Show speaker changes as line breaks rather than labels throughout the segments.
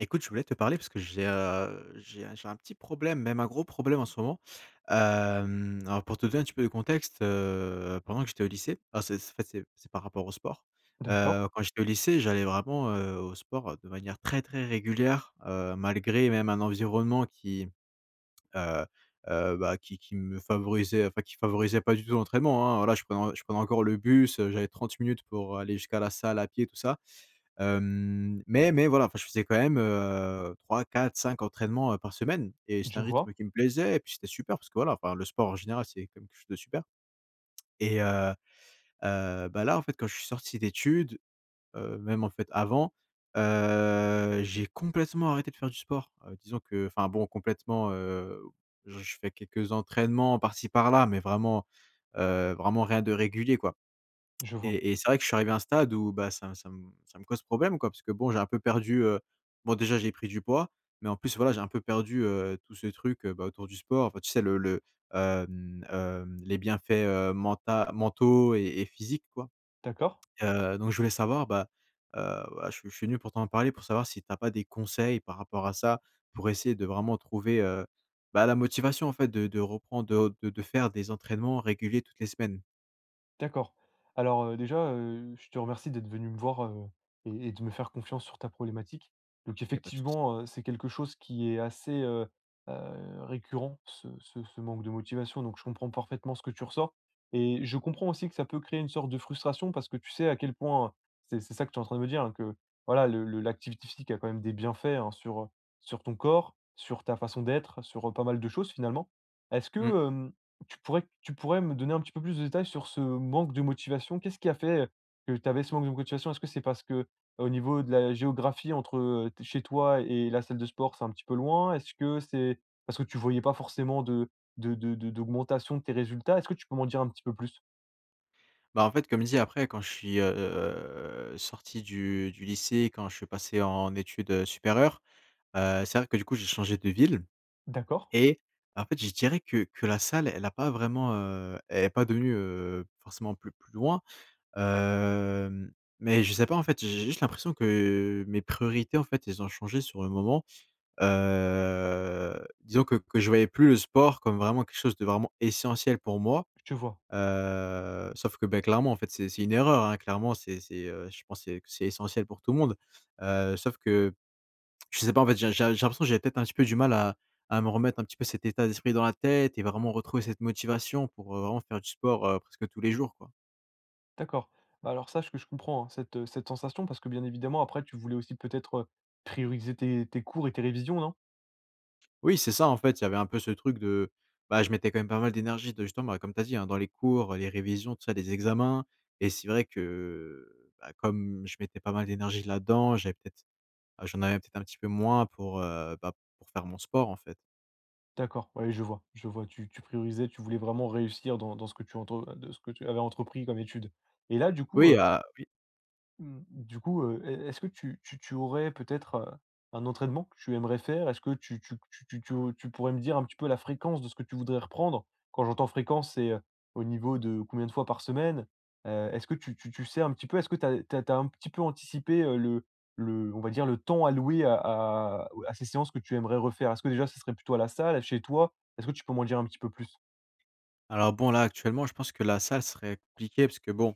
Écoute, je voulais te parler parce que j'ai un petit problème, même un gros problème en ce moment. Alors pour te donner un petit peu de contexte, pendant que j'étais au lycée, alors c'est en fait, c'est par rapport au sport.
D'accord,
Quand j'étais au lycée, j'allais vraiment, au sport, de manière très, très régulière, malgré même un environnement qui, heu bah, qui me favorisait, enfin qui favorisait pas du tout l'entraînement, hein. Voilà, je prenais encore le bus, j'avais 30 minutes pour aller jusqu'à la salle à pied, tout ça. Hem, mais voilà, enfin je faisais quand même, 3-4-5 entraînements, par semaine et c'était
je
un rythme
vois,
qui me plaisait et puis c'était super parce que voilà, enfin le sport en général, c'est quand même quelque chose de super et heu bah là, en fait, quand je suis sorti d'études, même en fait avant, j'ai complètement arrêté de faire du sport. Disons que enfin bon complètement, je fais quelques entraînements par-ci par-là, mais vraiment, vraiment rien de régulier, quoi.
je vois.
Et c'est vrai que je suis arrivé à un stade où, bah, ça me cause problème, quoi, parce que bon, j'ai un peu perdu, bon, déjà, j'ai pris du poids, mais en plus, voilà, j'ai un peu perdu, tout ce truc, bah, autour du sport. Enfin, tu sais, les bienfaits, mentaux et physiques, quoi.
D'accord,
Donc je voulais savoir, bah, voilà, je suis venu pour t'en parler, pour savoir si tu as pas des conseils par rapport à ça, pour essayer de vraiment trouver, bah, la motivation, en fait, de reprendre, de faire des entraînements réguliers toutes les semaines.
d'accord. Alors, déjà, je te remercie d'être venu me voir, et de me faire confiance sur ta problématique. Donc
Il y a pas de souci.
effectivement, c'est quelque chose qui est assez, récurrent, ce manque de motivation, donc je comprends parfaitement ce que tu ressens et je comprends aussi que ça peut créer une sorte de frustration parce que tu sais à quel point c'est ça que tu es en train de me dire, hein, que voilà, le l'activité physique a quand même des bienfaits, hein, sur, sur ton corps, sur ta façon d'être, sur, pas mal de choses finalement. Est-ce
Mmh.
que, tu pourrais me donner un petit peu plus de détails sur ce manque de motivation? Qu'est-ce qui a fait que tu avais ce manque de motivation? Est-ce que c'est parce que au niveau de la géographie entre, t chez toi et la salle de sport, c'est un petit peu loin? Est-ce que c'est parce que tu voyais pas forcément de d'augmentation de tes résultats? Est-ce que tu peux m'en dire un petit peu plus?
Bah, en fait, comme dit, après, quand je suis, sorti du lycée, quand je suis passé en études, supérieures, c'est vrai que, du coup, j'ai changé de ville
D'accord,
et en fait, je dirais que la salle, elle a pas vraiment, elle est pas devenue, forcément plus loin, hem, mais je sais pas, en fait, j'ai juste l'impression que mes priorités, en fait, elles ont changé sur le moment, disons que je voyais plus le sport comme vraiment quelque chose de vraiment essentiel pour moi.
je te vois,
Sauf que, beh, clairement, en fait, c'est une erreur, hein. Clairement, c'est, je pense c'est que c'est essentiel pour tout le monde. Sauf que je sais pas, en fait, j'ai l'impression que j'ai peut-être un petit peu du mal à me remettre un petit peu cet état d'esprit dans la tête et vraiment retrouver cette motivation pour, vraiment faire du sport, presque tous les jours, quoi.
d'accord. Bah, alors sache que je comprends, hein, cette, cette sensation parce que bien évidemment après tu voulais aussi peut-être, prioriser tes cours et tes révisions, non?
Oui, c'est ça, en fait, il y avait un peu ce truc de, bah, je mettais quand même pas mal d'énergie de justement, bah, comme tu as dit, hein, dans les cours, les révisions, tout ça, les examens et c'est vrai que, bah, comme je mettais pas mal d'énergie là-dedans, j'avais peut-être ah, j'en avais peut-être un petit peu moins pour, bah, pour faire mon sport, en fait.
D'accord, ouais, je vois, je vois. Tu priorisais, tu voulais vraiment réussir dans ce que tu avais entrepris comme étude. Et là, du coup.
Oui, ah oui.
Mmh. Du coup, est-ce que tu aurais peut-être, un entraînement que tu aimerais faire? Est-ce que tu pourrais me dire un petit peu la fréquence de ce que tu voudrais reprendre? Quand j'entends fréquence, c'est, au niveau de combien de fois par semaine? Est-ce que tu sais un petit peu? Est-ce que tu as un petit peu anticipé, le on va dire le temps alloué à ces séances que tu aimerais refaire? Est-ce que déjà ce serait plutôt à la salle, chez toi? Est-ce que tu peux m'en dire un petit peu plus?
Alors bon, là, actuellement, je pense que la salle serait compliquée parce que bon,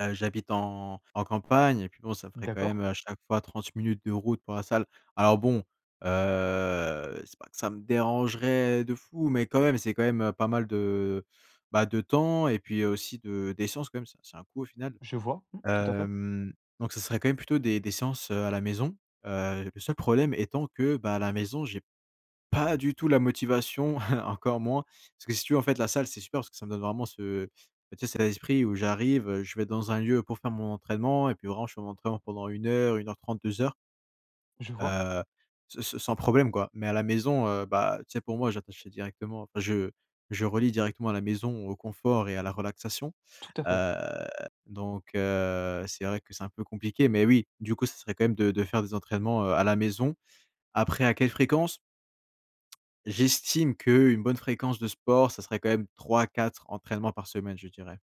j'habite en campagne et puis bon, ça ferait quand
D'accord,
même à chaque fois 30 minutes de route pour la salle. Alors bon, c'est pas que ça me dérangerait de fou, mais quand même, c'est quand même, pas mal de, bah, de temps et puis aussi de d'essence quand même, c'est un coût au final.
je vois, mmh, tout à fait,
Hem, donc ça serait quand même plutôt des séances, à la maison. Le seul problème étant que, bah, à la maison, j'ai pas du tout la motivation, encore moins. Parce que si tu veux, en fait, la salle, c'est super parce que ça me donne vraiment ce bah, tu sais, cet esprit où j'arrive, je vais dans un lieu pour faire mon entraînement et puis vraiment je fais mon entraînement pendant une heure, 1:30, 2 heures,
je vois,
heu, s s sans problème, quoi. Mais à la maison, bah, tu sais, pour moi, j'attachais directement enfin, je relie directement à la maison, au confort et à la relaxation,
tout à fait.
heu, donc c'est vrai que c'est un peu compliqué mais oui, du coup, ça serait quand même de faire des entraînements, à la maison. Après, à quelle fréquence? J'estime qu'une bonne fréquence de sport, ça serait quand même trois quatre entraînements par semaine, je dirais.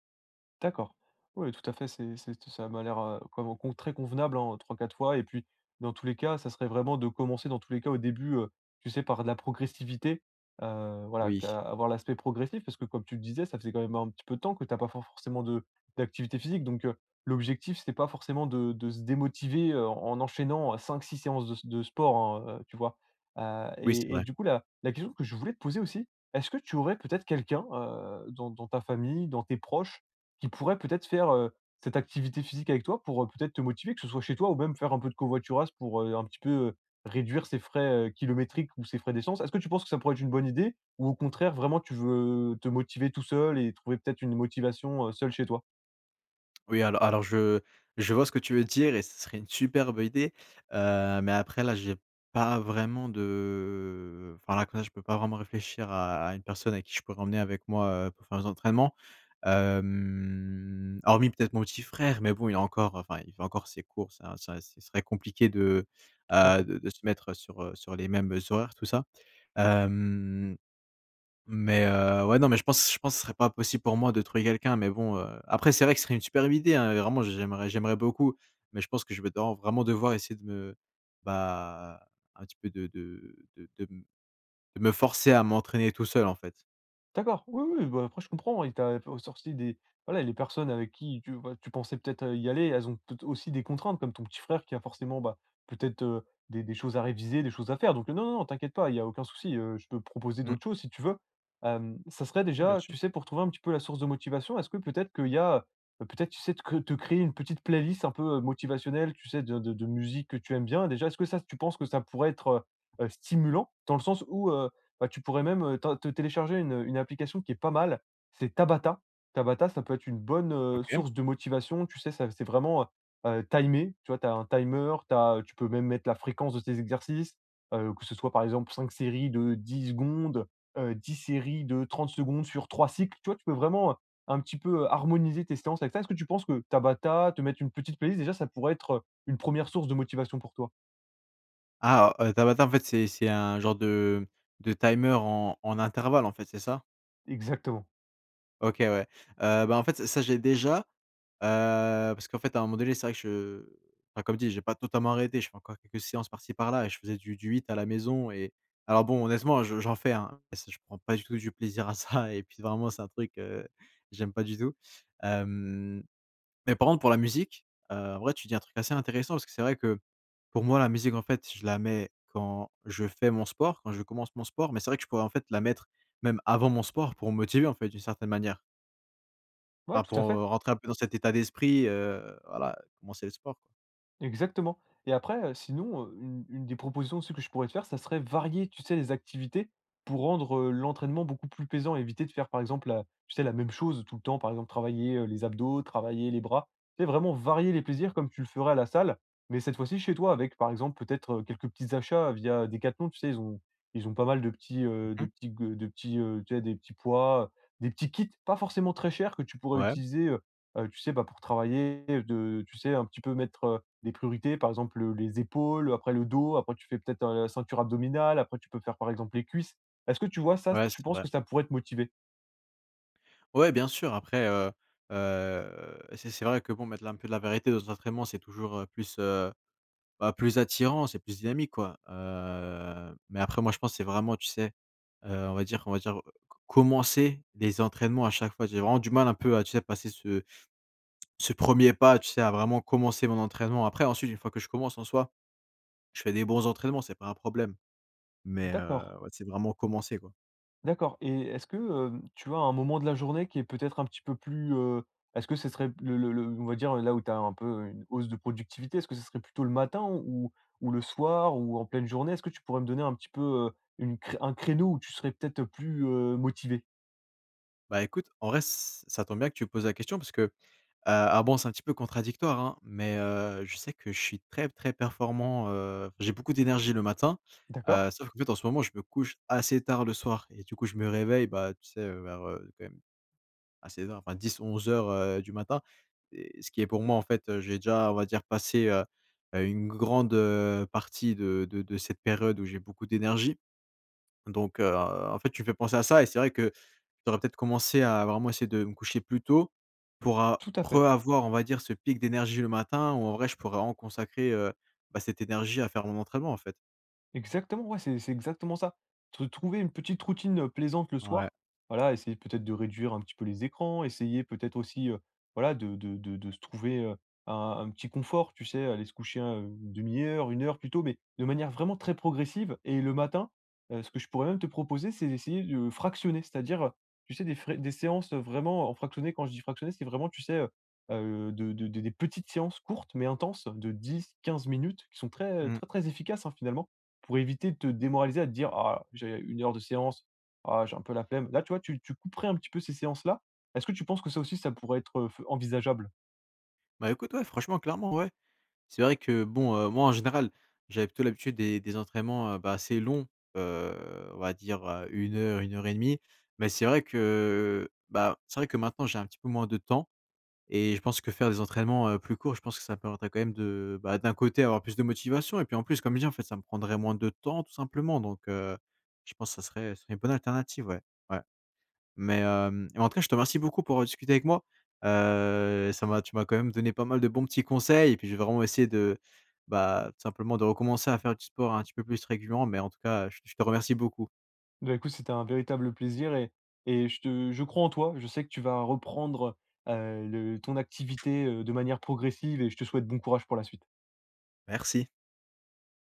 D'accord. Oui, tout à fait, c'est ça m'a l'air, comme un con très convenable, hein, 3-4 fois et puis, dans tous les cas, ça serait vraiment de commencer, dans tous les cas, au début, tu sais, par de la progressivité, voilà,
Oui,
qu'a avoir l'aspect progressif parce que, comme tu le disais, ça faisait quand même un petit peu de temps que tu as pas forcément de d'activité physique donc l'objectif, c'était pas forcément de se démotiver, en enchaînant, cinq, six séances de sport, hein, tu vois? Heu
oui, c'est
et et
vrai.
du coup, la question que je voulais te poser aussi, est-ce que tu aurais peut-être quelqu'un, dans ta famille, dans tes proches qui pourrait peut-être faire, cette activité physique avec toi pour, peut-être te motiver, que ce soit chez toi ou même faire un peu de covoiturage pour, un petit peu, réduire ses frais, kilométriques ou ses frais d'essence. Est-ce que tu penses que ça pourrait être une bonne idée? Ou au contraire, vraiment tu veux te motiver tout seul et trouver peut-être une motivation, seul chez toi?
Oui, alors je vois ce que tu veux dire et ce serait une superbe idée, mais après là, j'ai pas vraiment de enfin là, comme ça, je peux pas vraiment réfléchir à une personne à qui je pourrais emmener avec moi, pour faire les entraînements. Hormis peut-être mon petit frère, mais bon, il a encore enfin, il fait encore ses courses, hein, ça ce serait compliqué de,
Tout à fait.
de se mettre sur, sur les mêmes horaires, tout ça. Hem, mais ouais, non, mais je pense que ce serait pas possible pour moi de trouver quelqu'un, mais bon, après c'est vrai que ce serait une superbe idée, hein, vraiment j'aimerais beaucoup, mais je pense que je vais devoir vraiment devoir essayer de me bah, un petit peu de me forcer à m'entraîner tout seul, en fait.
D'accord, oui, oui, bah, après je comprends, il t'a sorti des voilà, les personnes avec qui tu pensais peut-être, y aller, elles ont peut-être aussi des contraintes comme ton petit frère qui a forcément, bah, peut-être, des choses à réviser, des choses à faire donc, non, non, non, t'inquiète pas, il y a aucun souci, je peux proposer
Mmh.
d'autres choses si tu veux. Ça serait
Ouais, bien
déjà,
sûr.
tu sais, pour trouver un petit peu la source de motivation, est-ce que peut-être qu'il y a, peut-être, tu sais, te créer une petite playlist un peu, motivationnelle, tu sais, de musique que tu aimes bien déjà? Est-ce que ça, tu penses que ça pourrait être, stimulant? Dans le sens où, bah, tu pourrais même, te télécharger une application qui est pas mal, c'est Tabata. Tabata, ça peut être une bonne,
OK.
source de motivation, tu sais? Ça c'est vraiment, timé, tu vois? Tu as un timer, t'as tu peux même mettre la fréquence de tes exercices, que ce soit par exemple 5 séries de 10 secondes, 10 séries de 30 secondes sur 3 cycles. Tu vois? Tu peux vraiment, un petit peu, harmoniser tes séances avec ça. Est-ce que tu penses que Tabata, te mettre une petite playlist déjà, ça pourrait être, une première source de motivation pour toi?
Ah, Tabata, en fait, c'est un genre de timer en intervalle, en fait, c'est ça?
Exactement.
OK, ouais. Bah, en fait, ça, j'ai déjà, parce qu'en fait, à un moment donné, c'est vrai que je enfin, comme dit, j'ai pas totalement arrêté. Je fais encore quelques séances par-ci par-là et je faisais du 8 à la maison et alors bon, honnêtement, je j'en fais, hein, mais c'est je prends pas du tout du plaisir à ça et puis vraiment, c'est un truc, j'aime pas du tout. Hem, mais par contre, pour la musique, en vrai, tu dis un truc assez intéressant parce que c'est vrai que, pour moi, la musique, en fait, je la mets quand je fais mon sport, quand je commence mon sport, mais c'est vrai que je pourrais, en fait, la mettre même avant mon sport pour me motiver, en fait, d'une certaine manière.
Ouais,
Enfin,
tout
pour,
à fait.
rentrer un peu dans cet état d'esprit, voilà, commencer le sport, quoi.
Exactement et après, sinon, une des propositions aussi que je pourrais te faire, ça serait varier, tu sais, les activités pour rendre, l'entraînement beaucoup plus plaisant. Éviter de faire, par exemple, la tu sais, la même chose tout le temps. Par exemple, travailler, les abdos, travailler les bras. Tu sais, vraiment varier les plaisirs comme tu le ferais à la salle, mais cette fois-ci chez toi avec, par exemple, peut-être, quelques petits achats via Decathlon. Tu sais, ils ont pas mal
Mmh
de
mh.
petits g de petits, tu sais, des petits poids, des petits kits pas forcément très chers que tu pourrais
Ouais,
utiliser, tu sais, bah, pour travailler, de tu sais, un petit peu mettre, des priorités, par exemple, les épaules, après le dos, après tu fais peut-être, la ceinture abdominale, après tu peux faire par exemple les cuisses. Est-ce que tu vois ça,
ouais,
tu
c'est
penses
vrai.
que ça pourrait te motiver?
Ouais, bien sûr, après, heu, c'est vrai que bon, mettre un peu de la vérité dans nos entraînements, c'est toujours, plus, bah, plus attirant, c'est plus dynamique, quoi. Mais après, moi, je pense, c'est vraiment, tu sais, on va dire, c commencer les entraînements à chaque fois. J'ai vraiment du mal un peu à, tu sais, passer ce premier pas, tu sais, à vraiment commencer mon entraînement. Après, ensuite, une fois que je commence, en soi, je fais des bons entraînements, c'est pas un problème. Mais
D'accord,
ouais, c'est vraiment commencer, quoi.
d'accord et est-ce que, tu as un moment de la journée qui est peut-être un petit peu plus, est-ce que ce serait le on va dire là où tu as un peu une hausse de productivité, est-ce que ce serait plutôt le matin ou le soir ou en pleine journée? Est-ce que tu pourrais me donner un petit peu, une cré un créneau où tu serais peut-être plus, motivé?
Bah, écoute, en vrai, ç ça tombe bien que tu poses la question parce que, alors bon, c'est un petit peu contradictoire, hein, mais je sais que je suis très, très performant, j'ai beaucoup d'énergie le matin,
D'accord,
sauf qu'en fait, en ce moment, je me couche assez tard le soir et du coup, je me réveille, bah, tu sais, vers, quand même assez tard, enfin 10-11:00, du matin et ce qui est pour moi, en fait, j'ai déjà, on va dire, passé, une grande, partie de cette période où j'ai beaucoup d'énergie donc en fait, tu me fais penser à ça et c'est vrai que j'aurais peut-être commencé à vraiment essayer de me coucher plus tôt pour a
tout à fait.
re-avoir, on va dire, ce pic d'énergie le matin où en vrai je pourrais en consacrer, bah, cette énergie à faire mon entraînement, en fait.
Exactement, ouais, c'est exactement ça. Tr Trouver une petite routine, plaisante le
Ouais.
soir. Voilà, essayer peut-être de réduire un petit peu les écrans, essayer peut-être aussi, voilà, de se trouver, un un petit confort, tu sais? Aller se coucher, 1/2 heure, une heure plus tôt, mais de manière vraiment très progressive et le matin, ce que je pourrais même te proposer, c'est d'essayer de fractionner. C'est-à-dire, tu sais, des séances, vraiment en fractionné. Quand je dis fractionné, c'est vraiment, tu sais, des petites séances courtes mais intenses de 10, 15 minutes qui sont très,
Mmh.
très, très efficaces, hein, finalement. Pour éviter de te démoraliser à te dire: «Ah, j'ai une heure de séance, ah j'ai un peu la flemme». Là, tu vois, tu couperais un petit peu ces séances-là. Est-ce que tu penses que ça aussi, ça pourrait être, f envisageable?
Bah, écoute, ouais, franchement, clairement, ouais. C'est vrai que bon, moi en général, j'avais plutôt l'habitude des entraînements, bah, assez longs, heu, on va dire, 1 heure, 1 heure et demie. Mais c'est vrai que, bah, c'est vrai que maintenant j'ai un petit peu moins de temps. Et je pense que faire des entraînements, plus courts, je pense que ça permettrait quand même de, bah, d'un côté, avoir plus de motivation et puis en plus, comme je dis, en fait, ça me prendrait moins de temps tout simplement donc je pense que ça serait une bonne alternative, ouais. Ouais. Mais en tout cas, je te remercie beaucoup pour, discuter avec moi. Ça m'a tu m'as quand même donné pas mal de bons petits conseils et puis je vais vraiment essayer de, bah, tout simplement de recommencer à faire du sport un petit peu plus régulièrement mais en tout cas, je te remercie beaucoup.
Du coup c'était un véritable plaisir et je crois en toi. Je sais que tu vas reprendre, le ton activité, de manière progressive et je te souhaite bon courage pour la suite.
Merci.